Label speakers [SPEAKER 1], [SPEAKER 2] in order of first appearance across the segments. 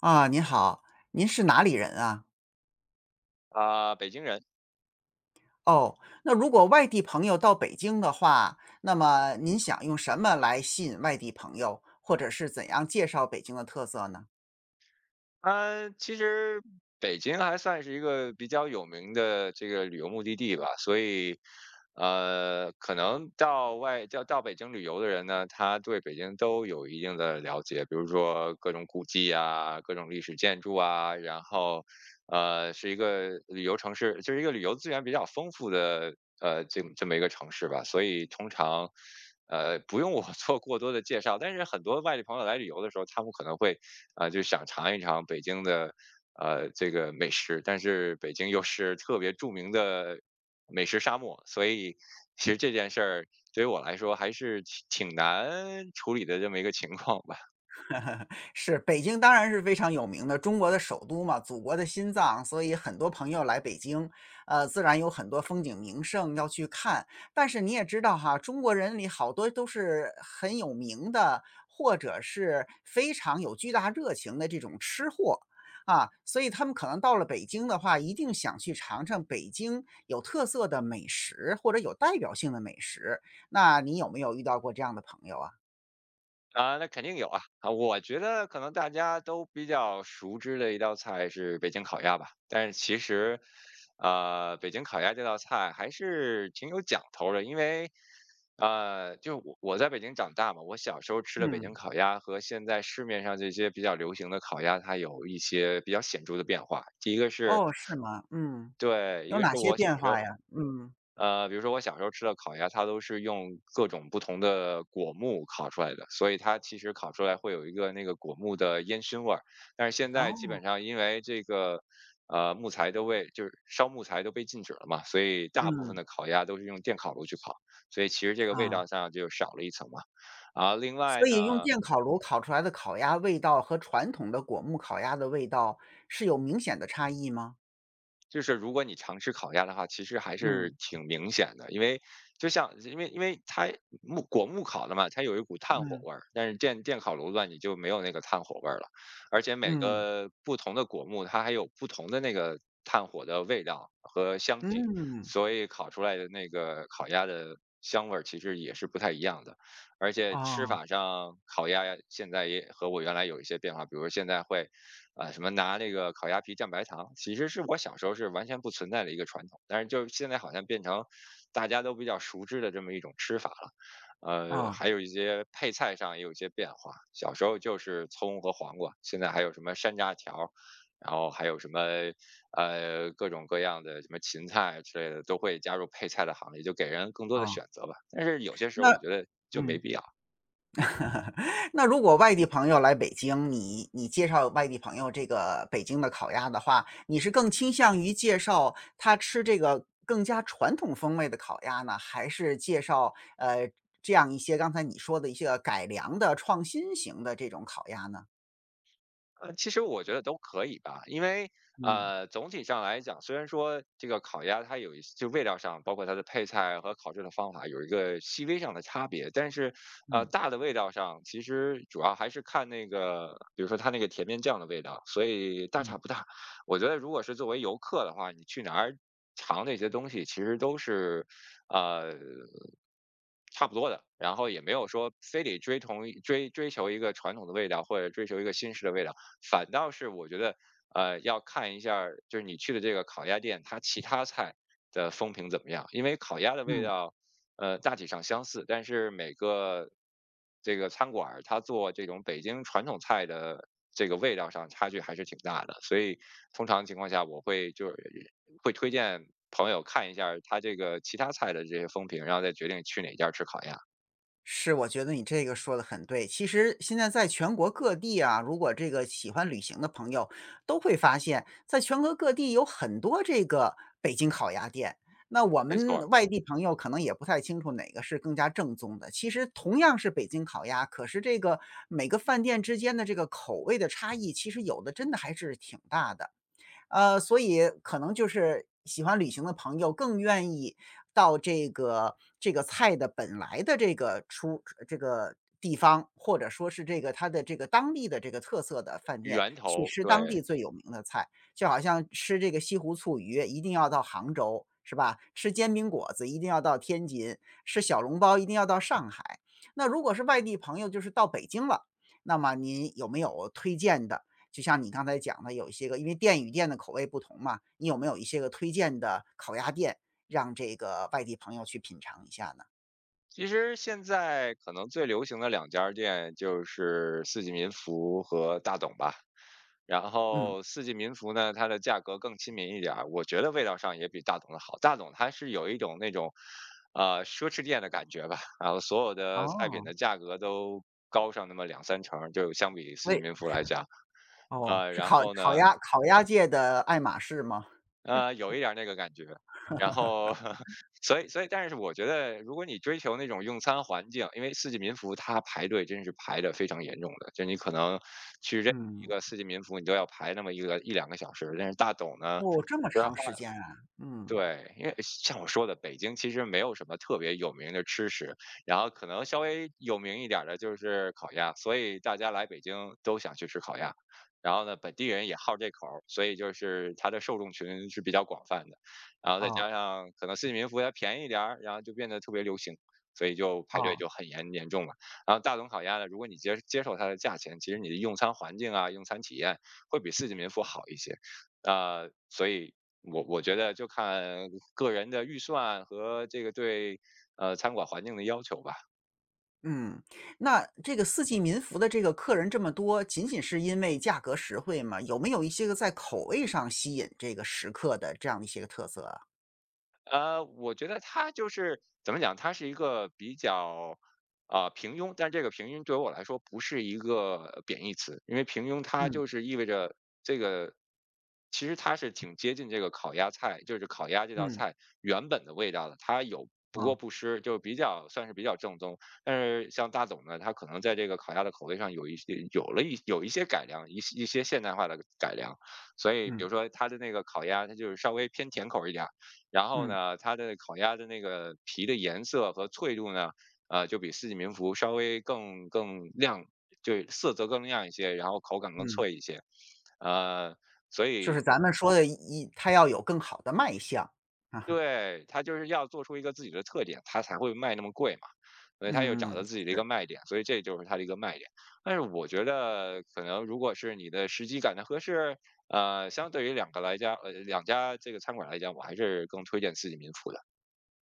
[SPEAKER 1] 啊，您好，您是哪里人啊？
[SPEAKER 2] 北京人。
[SPEAKER 1] 哦，那如果外地朋友到北京的话，那么您想用什么来吸引外地朋友，或者是怎样介绍北京的特色呢？
[SPEAKER 2] 其实北京还算是一个比较有名的这个旅游目的地吧，所以，可能到外到到北京旅游的人呢，他对北京都有一定的了解，比如说各种古迹啊，各种历史建筑啊，然后，是一个旅游城市，就是一个旅游资源比较丰富的这么一个城市吧，所以通常，不用我 做过多的介绍。但是很多外地朋友来旅游的时候，他们可能会就想尝一尝北京的这个美食，但是北京又是特别著名的美食沙漠，所以其实这件事儿对于我来说还是挺难处理的这么一个情况吧。
[SPEAKER 1] 是，北京当然是非常有名的，中国的首都嘛，祖国的心脏，所以很多朋友来北京，自然有很多风景名胜要去看。但是你也知道哈，中国人里好多都是很有名的，或者是非常有巨大热情的这种吃货。啊，所以他们可能到了北京的话，一定想去尝尝北京有特色的美食，或者有代表性的美食。那你有没有遇到过这样的朋友啊？
[SPEAKER 2] 啊，那肯定有啊。我觉得可能大家都比较熟知的一道菜是北京烤鸭吧，但是其实，北京烤鸭这道菜还是挺有讲头的，因为，就我在北京长大嘛，我小时候吃的北京
[SPEAKER 1] 嗯，
[SPEAKER 2] 烤鸭和现在市面上这些比较流行的烤鸭，它有一些比较显著的变化。第一个是，
[SPEAKER 1] 哦，是吗？嗯。
[SPEAKER 2] 对，一
[SPEAKER 1] 有
[SPEAKER 2] 个是
[SPEAKER 1] 哪些
[SPEAKER 2] 我小
[SPEAKER 1] 变
[SPEAKER 2] 时候。
[SPEAKER 1] 化呀？嗯，
[SPEAKER 2] 比如说我小时候吃的烤鸭，它都是用各种不同的果木烤出来的，所以它其实烤出来会有一个那个果木的烟熏味儿。但是现在基
[SPEAKER 1] 哦，
[SPEAKER 2] 本上因为这个，木材都被就是烧木材都被禁止了嘛，所以大部分
[SPEAKER 1] 嗯，
[SPEAKER 2] 的烤鸭都是用电烤炉去烤，所以其实这个味
[SPEAKER 1] 啊，
[SPEAKER 2] 道上就少了一层嘛。另外
[SPEAKER 1] 所以用电烤炉烤出来的烤鸭味道和传统的果木烤鸭的味道是有明显的差异吗？
[SPEAKER 2] 就是如果你常吃烤鸭的话，其实还是
[SPEAKER 1] 嗯，
[SPEAKER 2] 挺明显的，因为就像因为它果木烤的嘛，它有一股炭火
[SPEAKER 1] 嗯，
[SPEAKER 2] 味儿，但是电烤炉子你就没有那个炭火味儿了，而且每
[SPEAKER 1] 嗯，
[SPEAKER 2] 个不同的果木它还有不同的那个炭火的味道和香气，
[SPEAKER 1] 嗯，
[SPEAKER 2] 所以烤出来的那个烤鸭的香味儿其实也是不太一样的，而且吃
[SPEAKER 1] 啊
[SPEAKER 2] 法上烤鸭现在也和我原来有一些变化，比如现在会什么拿那个烤鸭皮蘸白糖，其实是我小时候是完全不存在的一个传统，但是就是现在好像变成大家都比较熟知的这么一种吃法了。
[SPEAKER 1] 啊
[SPEAKER 2] 还有一些配菜上也有一些变化，小时候就是葱和黄瓜，现在还有什么山楂条，然后还有什么各种各样的什么芹菜之类的，都会加入配菜的行列，就给人更多
[SPEAKER 1] 啊，
[SPEAKER 2] 的选择吧。但是有些时
[SPEAKER 1] 那
[SPEAKER 2] 候我觉得就没
[SPEAKER 1] 嗯。
[SPEAKER 2] 必要。
[SPEAKER 1] 那如果外地朋友来北京，你介绍外地朋友这个北京的烤鸭的话，你是更倾向于介绍他吃这个更加传统风味的烤鸭呢，还是介绍这样一些刚才你说的一些改良的创新型的这种烤鸭呢？
[SPEAKER 2] 其实我觉得都可以吧，因为
[SPEAKER 1] 嗯
[SPEAKER 2] 总体上来讲，虽然说这个烤鸭它就味道上，包括它的配菜和烤制的方法有一个细微上的差别，但是
[SPEAKER 1] 嗯
[SPEAKER 2] 大的味道上其实主要还是看那个，比如说它那个甜面酱的味道，所以大
[SPEAKER 1] 嗯
[SPEAKER 2] 差不大。我觉得如果是作为游客的话，你去哪儿尝那些东西，其实都是呃差不多的，然后也没有说非得追同追追求一个传统的味道，或者追求一个新式的味道。反倒是我觉得，要看一下儿就是你去的这个烤鸭店，它其他菜的风评怎么样？因为烤鸭的味
[SPEAKER 1] 嗯。
[SPEAKER 2] 道，大体上相似，但是每个这个餐馆儿它做这种北京传统菜的这个味道上差距还是挺大的，所以通常情况下我会就是会推荐朋友看一下儿它这个其他菜的这些风评，然后再决定去哪家吃烤鸭。
[SPEAKER 1] 是，我觉得你这个说的很对。其实现在在全国各地啊，如果这个喜欢旅行的朋友都会发现，在全国各地有很多这个北京烤鸭店。那我
[SPEAKER 2] 没错
[SPEAKER 1] 们
[SPEAKER 2] 儿，
[SPEAKER 1] 外地朋友可能也不太清楚哪个是更加正宗的。其实同样是北京烤鸭，可是这个每个饭店之间的这个口味的差异，其实有的真的还是挺大的。所以可能就是喜欢旅行的朋友更愿意到这个菜的本来的这个出这个地方，或者说是这个它的这个当地的这个特色的饭店，
[SPEAKER 2] 源
[SPEAKER 1] 去
[SPEAKER 2] 头
[SPEAKER 1] 吃当地
[SPEAKER 2] 对。
[SPEAKER 1] 最有名的菜。就好像吃这个西湖醋鱼一定要到杭州，是吧？吃煎饼果子一定要到天津，吃小笼包一定要到上海。那如果是外地朋友，就是到北京了，那么您有没有推荐的就像你刚才讲的，有一些个因为店与店的口味不同嘛，你有没有一些个推荐的烤鸭店，让这个外地朋友去品尝一下呢？
[SPEAKER 2] 其实现在可能最流行的两家店就是四季民福和大董吧。然
[SPEAKER 1] 嗯，
[SPEAKER 2] 后四季民福呢，它的价格更亲民一点儿，我觉得味道上也比大董的好。大董它是有一种那种，奢侈店的感觉吧，然后所有的菜品
[SPEAKER 1] 哦，
[SPEAKER 2] 的价格都高上那么两三成儿，就相比四季
[SPEAKER 1] 喂，
[SPEAKER 2] 民福来讲。
[SPEAKER 1] 哦，是
[SPEAKER 2] 然
[SPEAKER 1] 烤
[SPEAKER 2] 后
[SPEAKER 1] 烤
[SPEAKER 2] 呢
[SPEAKER 1] 鸭烤鸭界的爱马仕吗？
[SPEAKER 2] 有一点儿那个感觉。然后，所以但是我觉得如果你追求那种用餐环境，因为四季民福它排队真是排的非常严重的，就你可能去任意一
[SPEAKER 1] 嗯，
[SPEAKER 2] 个四季民福，你都要排那么一两个小时。但是大董呢，
[SPEAKER 1] 哦，这么
[SPEAKER 2] 虽然
[SPEAKER 1] 长时间啊，嗯，
[SPEAKER 2] 对，因为像我说的，北京其实没有什么特别有名的吃食，然后可能稍微有名一点儿的就是烤鸭，所以大家来北京都想去吃烤鸭。然后呢，本地人也好这口儿，所以就是它的受众群是比较广泛的。然后再
[SPEAKER 1] 哦
[SPEAKER 2] 加上可能四季民福它便宜一点儿，然后就变得特别流行，所以就排队
[SPEAKER 1] 哦，
[SPEAKER 2] 就很严重了。然后大董烤鸭呢，如果你接受它的价钱，其实你的用餐环境啊、用餐体验会比四季民福好一些。所以我觉得就看个人的预算和这个对，餐馆环境的要求吧。
[SPEAKER 1] 嗯，那这个四季民福的这个客人这么多，仅仅是因为价格实惠吗？有没有一些个在口味上吸引这个食客的这样的一些个特色啊？
[SPEAKER 2] 我觉得他就是怎么讲，他是一个比较平庸，但这个平庸对我来说不是一个贬义词，因为平庸它
[SPEAKER 1] 嗯
[SPEAKER 2] 就是意味着这个，其实它是挺接近这个烤鸭菜，就是烤鸭这道
[SPEAKER 1] 嗯，
[SPEAKER 2] 菜原本的味道的，它有不过
[SPEAKER 1] 啊，
[SPEAKER 2] 不失，就比较算是比较正宗。但是像大董呢，他可能在这个烤鸭的口味上有一些改良，一些现代化的改良，所以比
[SPEAKER 1] 嗯
[SPEAKER 2] 如说他的那个烤鸭，它就是稍微偏甜口一点儿。然后
[SPEAKER 1] 嗯。
[SPEAKER 2] 呢，它的烤鸭的那个皮的颜色和脆度呢，就比四季民福稍微更亮，就色泽更亮一些，然后口感更
[SPEAKER 1] 嗯，
[SPEAKER 2] 脆一些，呃，所
[SPEAKER 1] 就是
[SPEAKER 2] 以
[SPEAKER 1] 咱们说的一它要有更好的卖相啊。
[SPEAKER 2] 对，它就是要做出一个自己的特点，它才会卖那么贵嘛，所以它又找
[SPEAKER 1] 嗯，
[SPEAKER 2] 到自己的一个
[SPEAKER 1] 是，
[SPEAKER 2] 卖点，所以这就是它的一个卖点。但是我觉得可能如果是你的时机感得合适，相对于两个来家，呃，两家这个餐馆来讲，我还是更推荐四季民福的。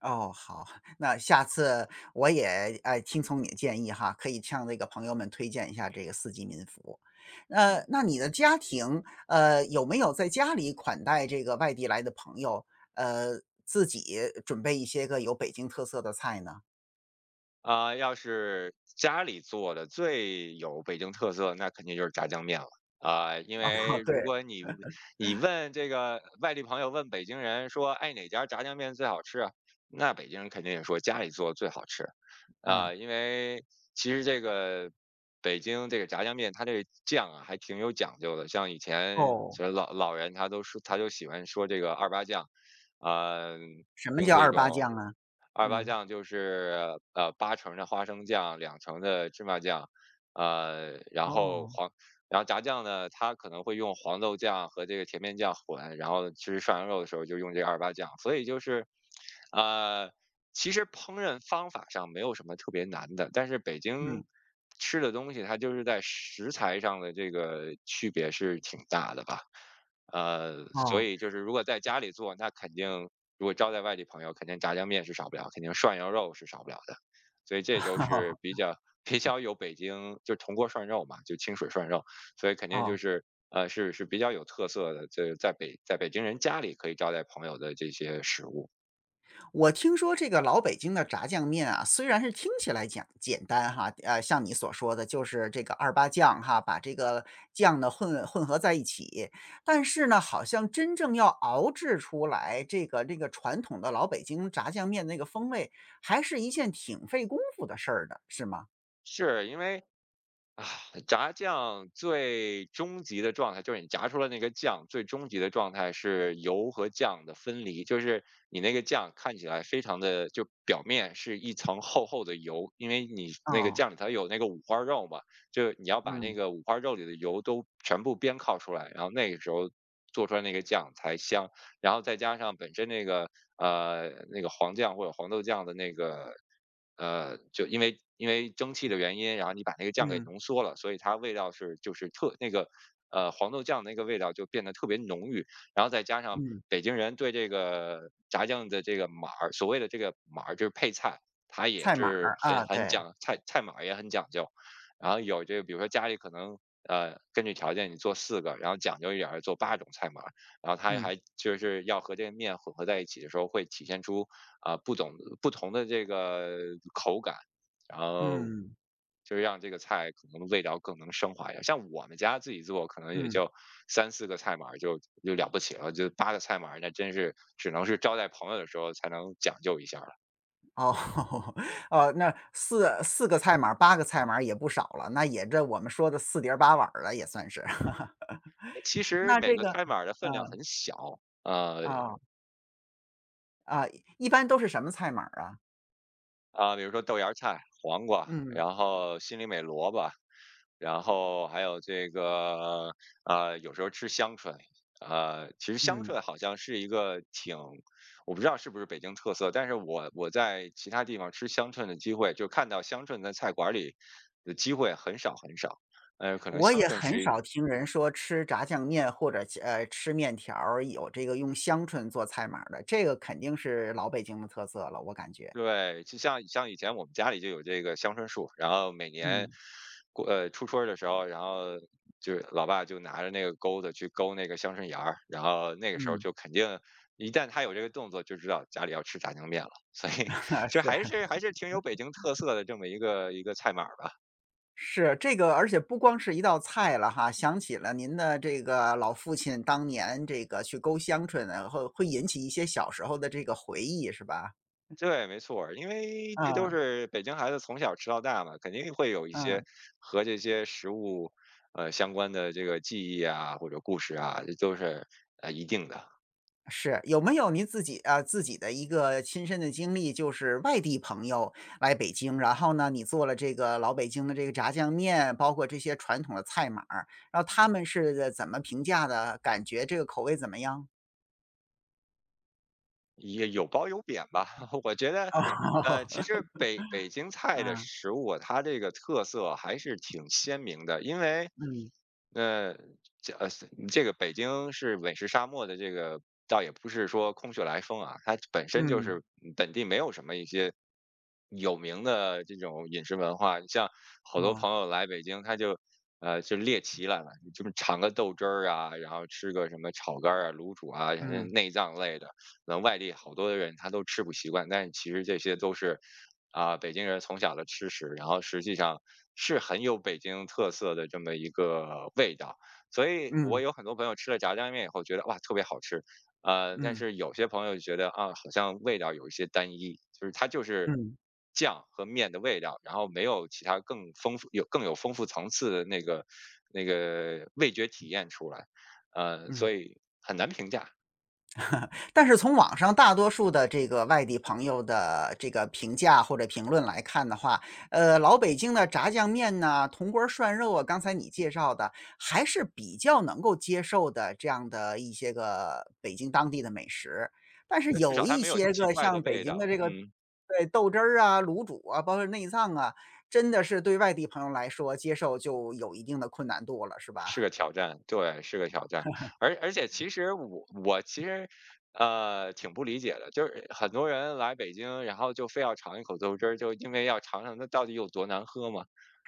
[SPEAKER 1] 哦，好，那下次我也，哎，听从你的建议哈，可以向这个朋友们推荐一下这个四季民福。
[SPEAKER 2] 嗯。
[SPEAKER 1] 那你的家庭，有没有在家里款待这个外地来的朋友，自己准备一些个有北京特色的菜呢？
[SPEAKER 2] 要是家里做的最有北京特色，那肯定就是炸酱面了。因
[SPEAKER 1] 啊，
[SPEAKER 2] 为如
[SPEAKER 1] 对，
[SPEAKER 2] 果你问这个外地朋友问北京人说，哎，哪家炸酱面最好吃啊？那北京人肯定也说家里做的最好吃。
[SPEAKER 1] 嗯，
[SPEAKER 2] 因为其实这个北京这个炸酱面，它这个酱啊还挺有讲究的。像以前
[SPEAKER 1] 哦，
[SPEAKER 2] 就是老人他都说，他就喜欢说这个二八酱，呃，
[SPEAKER 1] 什么
[SPEAKER 2] 用
[SPEAKER 1] 叫
[SPEAKER 2] 这
[SPEAKER 1] 二八
[SPEAKER 2] 种
[SPEAKER 1] 酱啊？
[SPEAKER 2] 二八
[SPEAKER 1] 嗯，
[SPEAKER 2] 酱就是八成的花生酱，两成的芝麻酱，然后
[SPEAKER 1] 哦，
[SPEAKER 2] 黄，然后炸酱呢，它可能会用黄豆酱和这个甜面酱混，然后吃涮羊肉的时候就用这个二八酱，所以就是，呃，其实烹饪方法上没有什么特别难的，但是北
[SPEAKER 1] 嗯，
[SPEAKER 2] 京吃的东西它就是在食材上的这个区别是挺大的吧。所
[SPEAKER 1] 哦，
[SPEAKER 2] 以就是如果在家里做，那肯定如果招待外地朋友，肯定炸酱面是少不了，肯定涮羊肉是少不了的，所以这都是比 较 比较有北京就铜锅涮肉嘛，就清水涮肉，所以肯定就
[SPEAKER 1] 哦。
[SPEAKER 2] 是比较有特色的，这在北京人家里可以招待朋友的这些食物。
[SPEAKER 1] 我听说这个老北京的炸酱面啊，虽然是听起来讲简单哈，像你所说的，就是这个二八酱哈，把这个酱呢混合在一起，但是呢，好像真正要熬制出来这个传统的老北京炸酱面那个风味，还是一件挺费功夫的事儿的，是吗？
[SPEAKER 2] 是因为啊，炸酱最终极的状态，就是你炸出了那个酱，最终极的状态是油和酱的分离，就是你那个酱看起来非常的，就表面是一层厚厚的油，因为你那个
[SPEAKER 1] 哦，
[SPEAKER 2] 酱里头有那个五花肉嘛，就你要把那
[SPEAKER 1] 嗯
[SPEAKER 2] 个五花肉里的油都全部煸烤出来，然后那个时候做出来那个酱才香，然后再加上本身那个黄酱或者黄豆酱的那个。呃，就因为蒸汽的原因，然后你把那个酱给
[SPEAKER 1] 嗯
[SPEAKER 2] 浓缩了，所以它味道是就是特那个呃黄豆酱那个味道就变得特别浓郁，然后再加上
[SPEAKER 1] 嗯，
[SPEAKER 2] 北京人对这个炸酱的这个码儿，所谓的这个码儿就是配菜，它也
[SPEAKER 1] 菜码
[SPEAKER 2] 是
[SPEAKER 1] 儿啊，
[SPEAKER 2] 很很
[SPEAKER 1] 对，
[SPEAKER 2] 讲菜菜码儿也很讲究，然后有这个比如说家里可能。呃，根据条件你做四个，然后讲究一点儿做八种菜码儿，然后它
[SPEAKER 1] 嗯
[SPEAKER 2] 还就是要和这个面混合在一起的时候，会体现出啊、不懂不同的这个口感，然后
[SPEAKER 1] 嗯
[SPEAKER 2] 就让这个菜可能味道更能升华一下。像我们家自己做，可能也
[SPEAKER 1] 嗯。
[SPEAKER 2] 就三四个菜码儿就了不起了，就八个菜码儿那真是只能是招待朋友的时候才能讲究一下了。
[SPEAKER 1] 哦，哦，那四个菜码儿八个菜码儿也不少了，那也这我们说的四碟儿八碗儿了也算是。
[SPEAKER 2] 其实
[SPEAKER 1] 那
[SPEAKER 2] 每
[SPEAKER 1] 这
[SPEAKER 2] 个
[SPEAKER 1] 个
[SPEAKER 2] 菜码儿的分量
[SPEAKER 1] 嗯，
[SPEAKER 2] 很小，
[SPEAKER 1] 啊，啊，一般都是什么菜码儿啊？
[SPEAKER 2] 比如说豆芽菜、黄瓜，
[SPEAKER 1] 嗯，
[SPEAKER 2] 然后心里美萝卜，然后还有这个呃，有时候吃香椿，呃，其实香
[SPEAKER 1] 嗯，
[SPEAKER 2] 椿好像是一个挺，我不知道是不是北京特色，但是我在其他地方吃香椿的机会，就看到香椿在菜馆里的机会很少很少，呃，可能
[SPEAKER 1] 我
[SPEAKER 2] 香
[SPEAKER 1] 也
[SPEAKER 2] 椿
[SPEAKER 1] 很
[SPEAKER 2] 是一
[SPEAKER 1] 少听人说吃炸酱面或者吃面条儿有这个用香椿做菜码儿的，这个肯定是老北京的特色了，我感觉。
[SPEAKER 2] 对，就像以前我们家里就有这个香椿树，然后每年
[SPEAKER 1] 嗯，
[SPEAKER 2] 过初春儿的时候，然后就是老爸就拿着那个钩子去勾那个香椿芽儿，然后那个时候
[SPEAKER 1] 嗯，
[SPEAKER 2] 就肯定一旦他有这个动作，就知道家里要吃炸酱面了。所以 其实
[SPEAKER 1] 是。
[SPEAKER 2] 还是挺有北京特色的这么一个菜码儿吧。
[SPEAKER 1] 是，这个而且不光是一道菜了哈，想起了您的这个老父亲当年这个去勾香椿呢，会引起一些小时候的这个回忆，是吧？
[SPEAKER 2] 对，没错儿，因为这都
[SPEAKER 1] 嗯
[SPEAKER 2] 是北京孩子从小吃到大嘛，肯定会有一些
[SPEAKER 1] 嗯，
[SPEAKER 2] 和这些食物呃相关的这个记忆啊或者故事啊，这都是呃一定的。
[SPEAKER 1] 是。有没有您自己啊，自己的一个亲身的经历，就是外地朋友来北京，然后呢，你做了这个老北京的这个炸酱面，包括这些传统的菜码儿，然后他们是怎么评价的？感觉这个口味怎么样？
[SPEAKER 2] 也有褒有贬吧。我觉 得，呃，
[SPEAKER 1] 哦，
[SPEAKER 2] 其实北京菜的
[SPEAKER 1] 嗯
[SPEAKER 2] 食物，它这个特色还是挺鲜明的，因为，
[SPEAKER 1] 嗯
[SPEAKER 2] 呃，这呃这个北京是美食沙漠的这个，倒也不是说空穴来风啊，它本身就
[SPEAKER 1] 嗯，
[SPEAKER 2] 是嗯本地没有什么一些有名的这种饮食文化。你像好多
[SPEAKER 1] 哦，
[SPEAKER 2] 朋友来北京，他就。呃，就猎奇来了，就是尝个豆汁儿啊，然后吃个什么炒肝儿啊、卤煮啊，然后
[SPEAKER 1] 嗯
[SPEAKER 2] 内脏类的，可能外地好多的人他都吃不习惯，但是其实这些都是北京人从小的吃食，然后实际上是很有北京特色的这么一个味道。所以我
[SPEAKER 1] 嗯。
[SPEAKER 2] 有很多朋友吃了炸酱面以后觉得哇特别好吃，呃，但
[SPEAKER 1] 嗯
[SPEAKER 2] 是有些朋友就觉得啊好像味道有一些单一，就是它就是
[SPEAKER 1] 嗯
[SPEAKER 2] 酱和面的味道，然后没有其他更丰富、有更丰富层次的那个味觉体验出来，呃，
[SPEAKER 1] 嗯，
[SPEAKER 2] 所以很难评价。
[SPEAKER 1] 但是从网上大多数的这个外地朋友的这个评价或者评论来看的话，老北京的炸酱面呐、铜锅涮肉啊，刚才你介绍的还是比较能够接受的这样的一些个北京当地的美食。但是
[SPEAKER 2] 呃，至
[SPEAKER 1] 有
[SPEAKER 2] 少它
[SPEAKER 1] 一
[SPEAKER 2] 没有
[SPEAKER 1] 些
[SPEAKER 2] 奇
[SPEAKER 1] 个
[SPEAKER 2] 怪的
[SPEAKER 1] 像北
[SPEAKER 2] 味
[SPEAKER 1] 京的
[SPEAKER 2] 道，
[SPEAKER 1] 这个
[SPEAKER 2] 嗯，
[SPEAKER 1] 对豆汁儿啊、卤煮啊，包括内脏啊，真的是对外地朋友来说接受就有一定的困难度了，是
[SPEAKER 2] 是
[SPEAKER 1] 吧？
[SPEAKER 2] 个挑战，对，是个挑战。而且其实我其实，呃，挺不理解的，就是很多人来北京，然后就非要尝一口豆汁儿，就因为要尝尝它到底有多难喝嘛。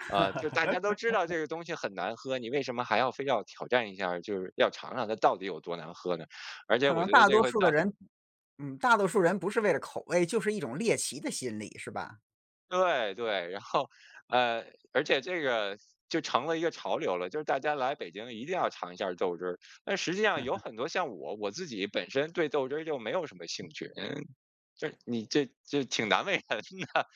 [SPEAKER 2] 呃，就大家都知道这个东西很难喝，你为什么还要非要挑战一下儿就是要尝尝它到底有多难喝呢？而且
[SPEAKER 1] 可
[SPEAKER 2] 我
[SPEAKER 1] 能
[SPEAKER 2] 觉得
[SPEAKER 1] 大
[SPEAKER 2] 这个
[SPEAKER 1] 多
[SPEAKER 2] 会
[SPEAKER 1] 数
[SPEAKER 2] 造
[SPEAKER 1] 的人嗯，大多数人不是为了口味，就是一种猎奇的心理，是吧？
[SPEAKER 2] 对对，然后，呃，而且这个就成了一个潮流了，就是大家来北京一定要尝一下豆汁儿。但实际上有很多像我，我自己本身对豆汁儿就没有什么兴趣，嗯，这你这这挺难为人的，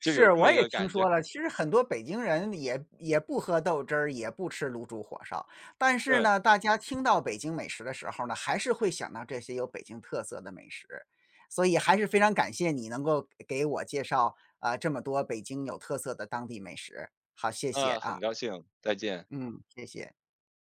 [SPEAKER 2] 就有
[SPEAKER 1] 是，
[SPEAKER 2] 这么
[SPEAKER 1] 我
[SPEAKER 2] 一
[SPEAKER 1] 也
[SPEAKER 2] 个
[SPEAKER 1] 听
[SPEAKER 2] 感觉。
[SPEAKER 1] 说了，其实很多北京人也不喝豆汁儿，也不吃卤煮火烧，但是
[SPEAKER 2] 对，
[SPEAKER 1] 呢，大家听到北京美食的时候呢，还是会想到这些有北京特色的美食。所以还是非常感谢你能够给我介绍啊，这么多北京有特色的当地美食，好，谢谢
[SPEAKER 2] 嗯，很
[SPEAKER 1] 啊，
[SPEAKER 2] 高兴，再见。
[SPEAKER 1] 嗯，谢谢。